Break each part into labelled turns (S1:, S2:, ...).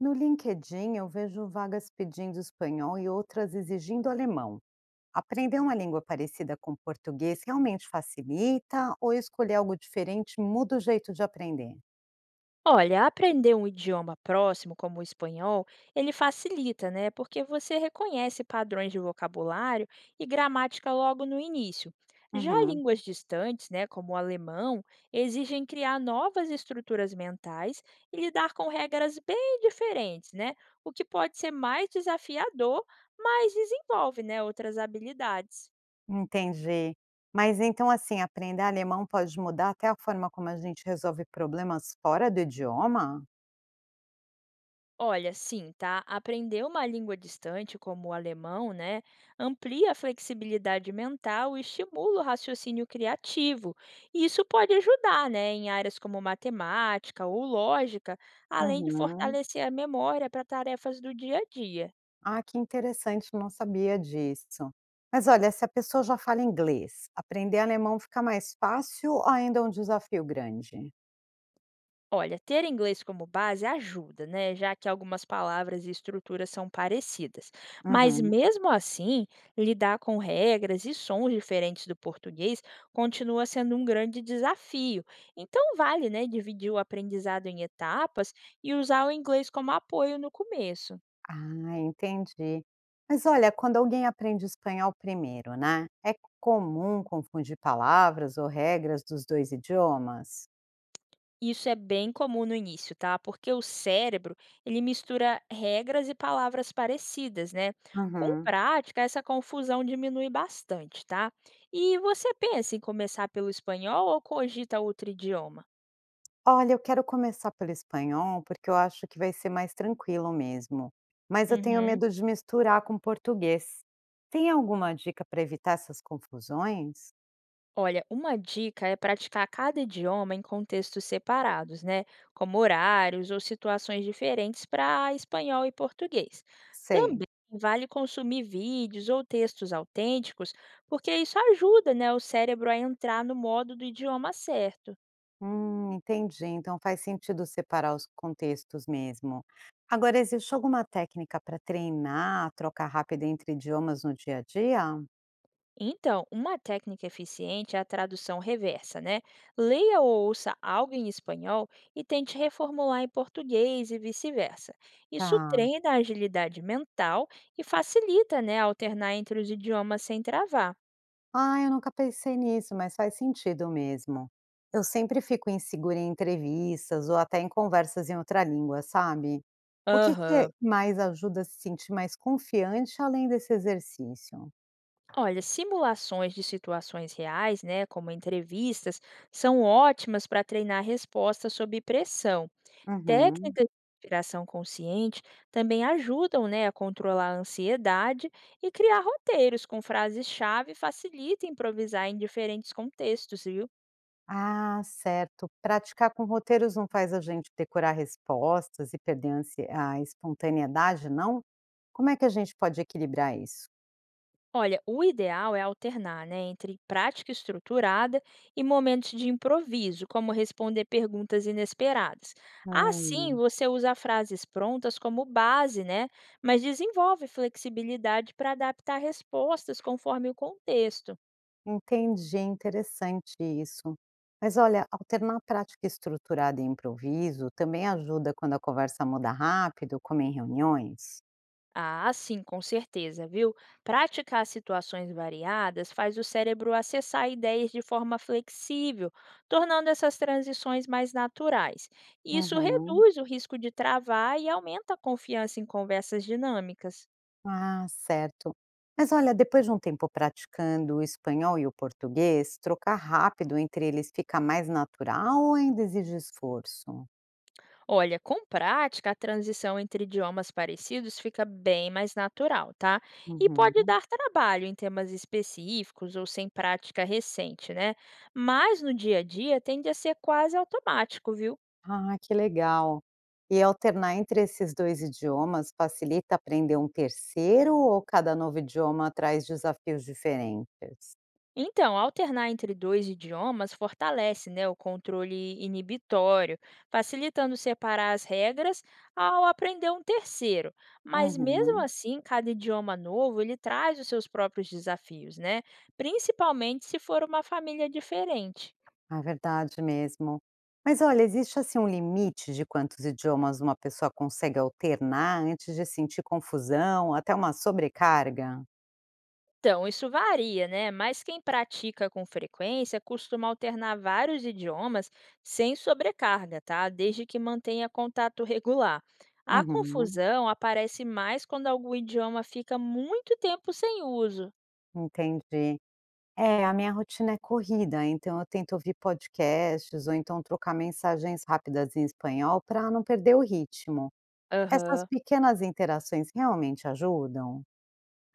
S1: No LinkedIn, eu vejo vagas pedindo espanhol e outras exigindo alemão. Aprender uma língua parecida com o português realmente facilita ou escolher algo diferente muda o jeito de aprender?
S2: Olha, aprender um idioma próximo, como o espanhol, ele facilita, né? Porque você reconhece padrões de vocabulário e gramática logo no início. Já
S1: Uhum,
S2: línguas distantes, né, como o alemão, exigem criar novas estruturas mentais e lidar com regras bem diferentes, né? O que pode ser mais desafiador, mas desenvolve, né, outras habilidades.
S1: entendi. Mas então, assim, aprender alemão pode mudar até a forma como a gente resolve problemas fora do idioma?
S2: Olha, sim, tá? Aprender uma língua distante, como o alemão, né, amplia a flexibilidade mental e estimula o raciocínio criativo. E isso pode ajudar, né, em áreas como matemática ou lógica, além de
S1: Uhum.
S2: fortalecer a memória para tarefas do dia a dia.
S1: Ah, que interessante, não sabia disso. Mas olha, se a pessoa já fala inglês, aprender alemão fica mais fácil ou ainda é um desafio grande?
S2: Olha, ter inglês como base ajuda, né? Já que algumas palavras e estruturas são parecidas. Mas
S1: Uhum.
S2: mesmo assim, lidar com regras e sons diferentes do português continua sendo um grande desafio. Então vale, né, dividir o aprendizado em etapas e usar o inglês como apoio no começo.
S1: Ah, entendi. Mas olha, quando alguém aprende espanhol primeiro, né? É comum confundir palavras ou regras dos dois idiomas?
S2: Isso é bem comum no início, tá? Porque o cérebro, ele mistura regras e palavras parecidas, né? Com
S1: Uhum.
S2: prática, essa confusão diminui bastante, tá? E você pensa em começar pelo espanhol ou cogita outro idioma?
S1: Olha, eu quero começar pelo espanhol porque eu acho que vai ser mais tranquilo mesmo. Mas eu tenho
S2: Uhum.
S1: medo de misturar com português. Tem alguma dica para evitar essas confusões?
S2: Olha, uma dica é praticar cada idioma em contextos separados, né? Como horários ou situações diferentes para espanhol e português.
S1: Sei.
S2: Também vale consumir vídeos ou textos autênticos, porque isso ajuda, né, o cérebro a entrar no modo do idioma certo.
S1: Entendi. Então faz sentido separar os contextos mesmo. Agora, existe alguma técnica para treinar a troca rápida entre idiomas no dia a dia?
S2: Então, uma técnica eficiente é a tradução reversa, né? Leia ou ouça algo em espanhol e tente reformular em português e vice-versa. Isso
S1: Tá.
S2: treina a agilidade mental e facilita, né, alternar entre os idiomas sem travar.
S1: Ah, eu nunca pensei nisso, mas faz sentido mesmo. Eu sempre fico insegura em entrevistas ou até em conversas em outra língua, sabe? O que que
S2: Aham.
S1: mais ajuda a se sentir mais confiante além desse exercício?
S2: Olha, simulações de situações reais, né, como entrevistas, são ótimas para treinar respostas sob pressão.
S1: Uhum.
S2: Técnicas de respiração consciente também ajudam, né, a controlar a ansiedade e criar roteiros com frases-chave facilita improvisar em diferentes contextos, viu?
S1: Ah, certo. Praticar com roteiros não faz a gente decorar respostas e perder a espontaneidade, não? Como é que a gente pode equilibrar isso?
S2: Olha, o ideal é alternar, né, entre prática estruturada e momentos de improviso, como responder perguntas inesperadas. Assim,
S1: Hum,
S2: você usa frases prontas como base, né, mas desenvolve flexibilidade para adaptar respostas conforme o contexto.
S1: entendi, interessante isso. Mas olha, alternar prática estruturada e improviso também ajuda quando a conversa muda rápido, como em reuniões.
S2: Ah, sim, com certeza, viu? Praticar situações variadas faz o cérebro acessar ideias de forma flexível, tornando essas transições mais naturais. Isso
S1: Uhum.
S2: reduz o risco de travar e aumenta a confiança em conversas dinâmicas.
S1: Ah, certo. Mas olha, depois de um tempo praticando o espanhol e o português, trocar rápido entre eles fica mais natural ou ainda exige esforço?
S2: Olha, com prática, a transição entre idiomas parecidos fica bem mais natural, tá? E pode
S1: Uhum.
S2: dar trabalho em temas específicos ou sem prática recente, né? Mas no dia a dia tende a ser quase automático, viu?
S1: Ah, que legal. E alternar entre esses dois idiomas facilita aprender um terceiro ou cada novo idioma traz desafios diferentes?
S2: Então, alternar entre dois idiomas fortalece, né, o controle inibitório, facilitando separar as regras ao aprender um terceiro. Mas mesmo
S1: Uhum.
S2: assim, cada idioma novo, ele traz os seus próprios desafios, né? Principalmente se for uma família diferente.
S1: É verdade mesmo. Mas olha, existe assim um limite de quantos idiomas uma pessoa consegue alternar antes de sentir confusão, até uma sobrecarga?
S2: Então, isso varia, né? Mas quem pratica com frequência costuma alternar vários idiomas sem sobrecarga, tá? Desde que mantenha contato regular. A
S1: Uhum,
S2: confusão aparece mais quando algum idioma fica muito tempo sem uso.
S1: entendi. É, a minha rotina é corrida, então eu tento ouvir podcasts ou então trocar mensagens rápidas em espanhol para não perder o ritmo. Essas
S2: Aham.
S1: pequenas interações realmente ajudam?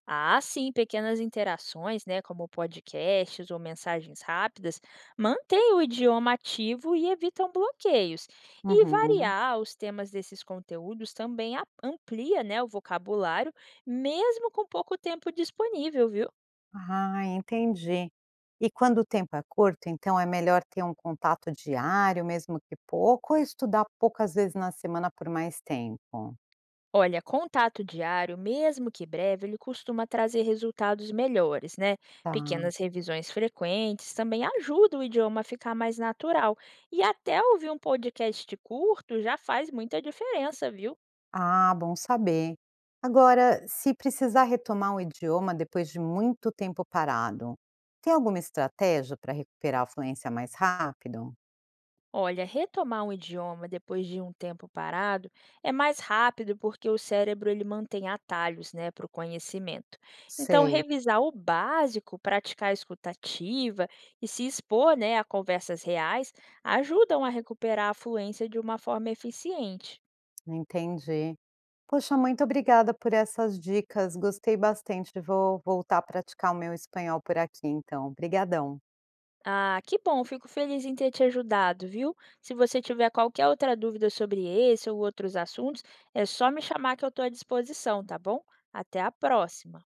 S2: Ah, sim, pequenas interações, né, como podcasts ou mensagens rápidas, mantêm o idioma ativo e evitam bloqueios. E
S1: Uhum.
S2: variar os temas desses conteúdos também amplia, né, o vocabulário, mesmo com pouco tempo disponível, viu?
S1: Ah, entendi. E quando o tempo é curto, então é melhor ter um contato diário, mesmo que pouco, ou estudar poucas vezes na semana por mais tempo?
S2: Olha, contato diário, mesmo que breve, ele costuma trazer resultados melhores, né?
S1: Tá.
S2: Pequenas revisões frequentes também ajudam o idioma a ficar mais natural. E até ouvir um podcast curto já faz muita diferença, viu?
S1: Ah, bom saber. Agora, se precisar retomar um idioma depois de muito tempo parado, tem alguma estratégia para recuperar a fluência mais rápido?
S2: Olha, retomar um idioma depois de um tempo parado é mais rápido porque o cérebro ele mantém atalhos, né, para o conhecimento. Então,
S1: Sei,
S2: revisar o básico, praticar a escutativa e se expor, né, a conversas reais ajudam a recuperar a fluência de uma forma eficiente.
S1: entendi. Poxa, muito obrigada por essas dicas. Gostei bastante. Vou voltar a praticar o meu espanhol por aqui, então. Obrigadão.
S2: Ah, que bom, fico feliz em ter te ajudado, viu? Se você tiver qualquer outra dúvida sobre esse ou outros assuntos, é só me chamar que eu estou à disposição, tá bom? Até a próxima!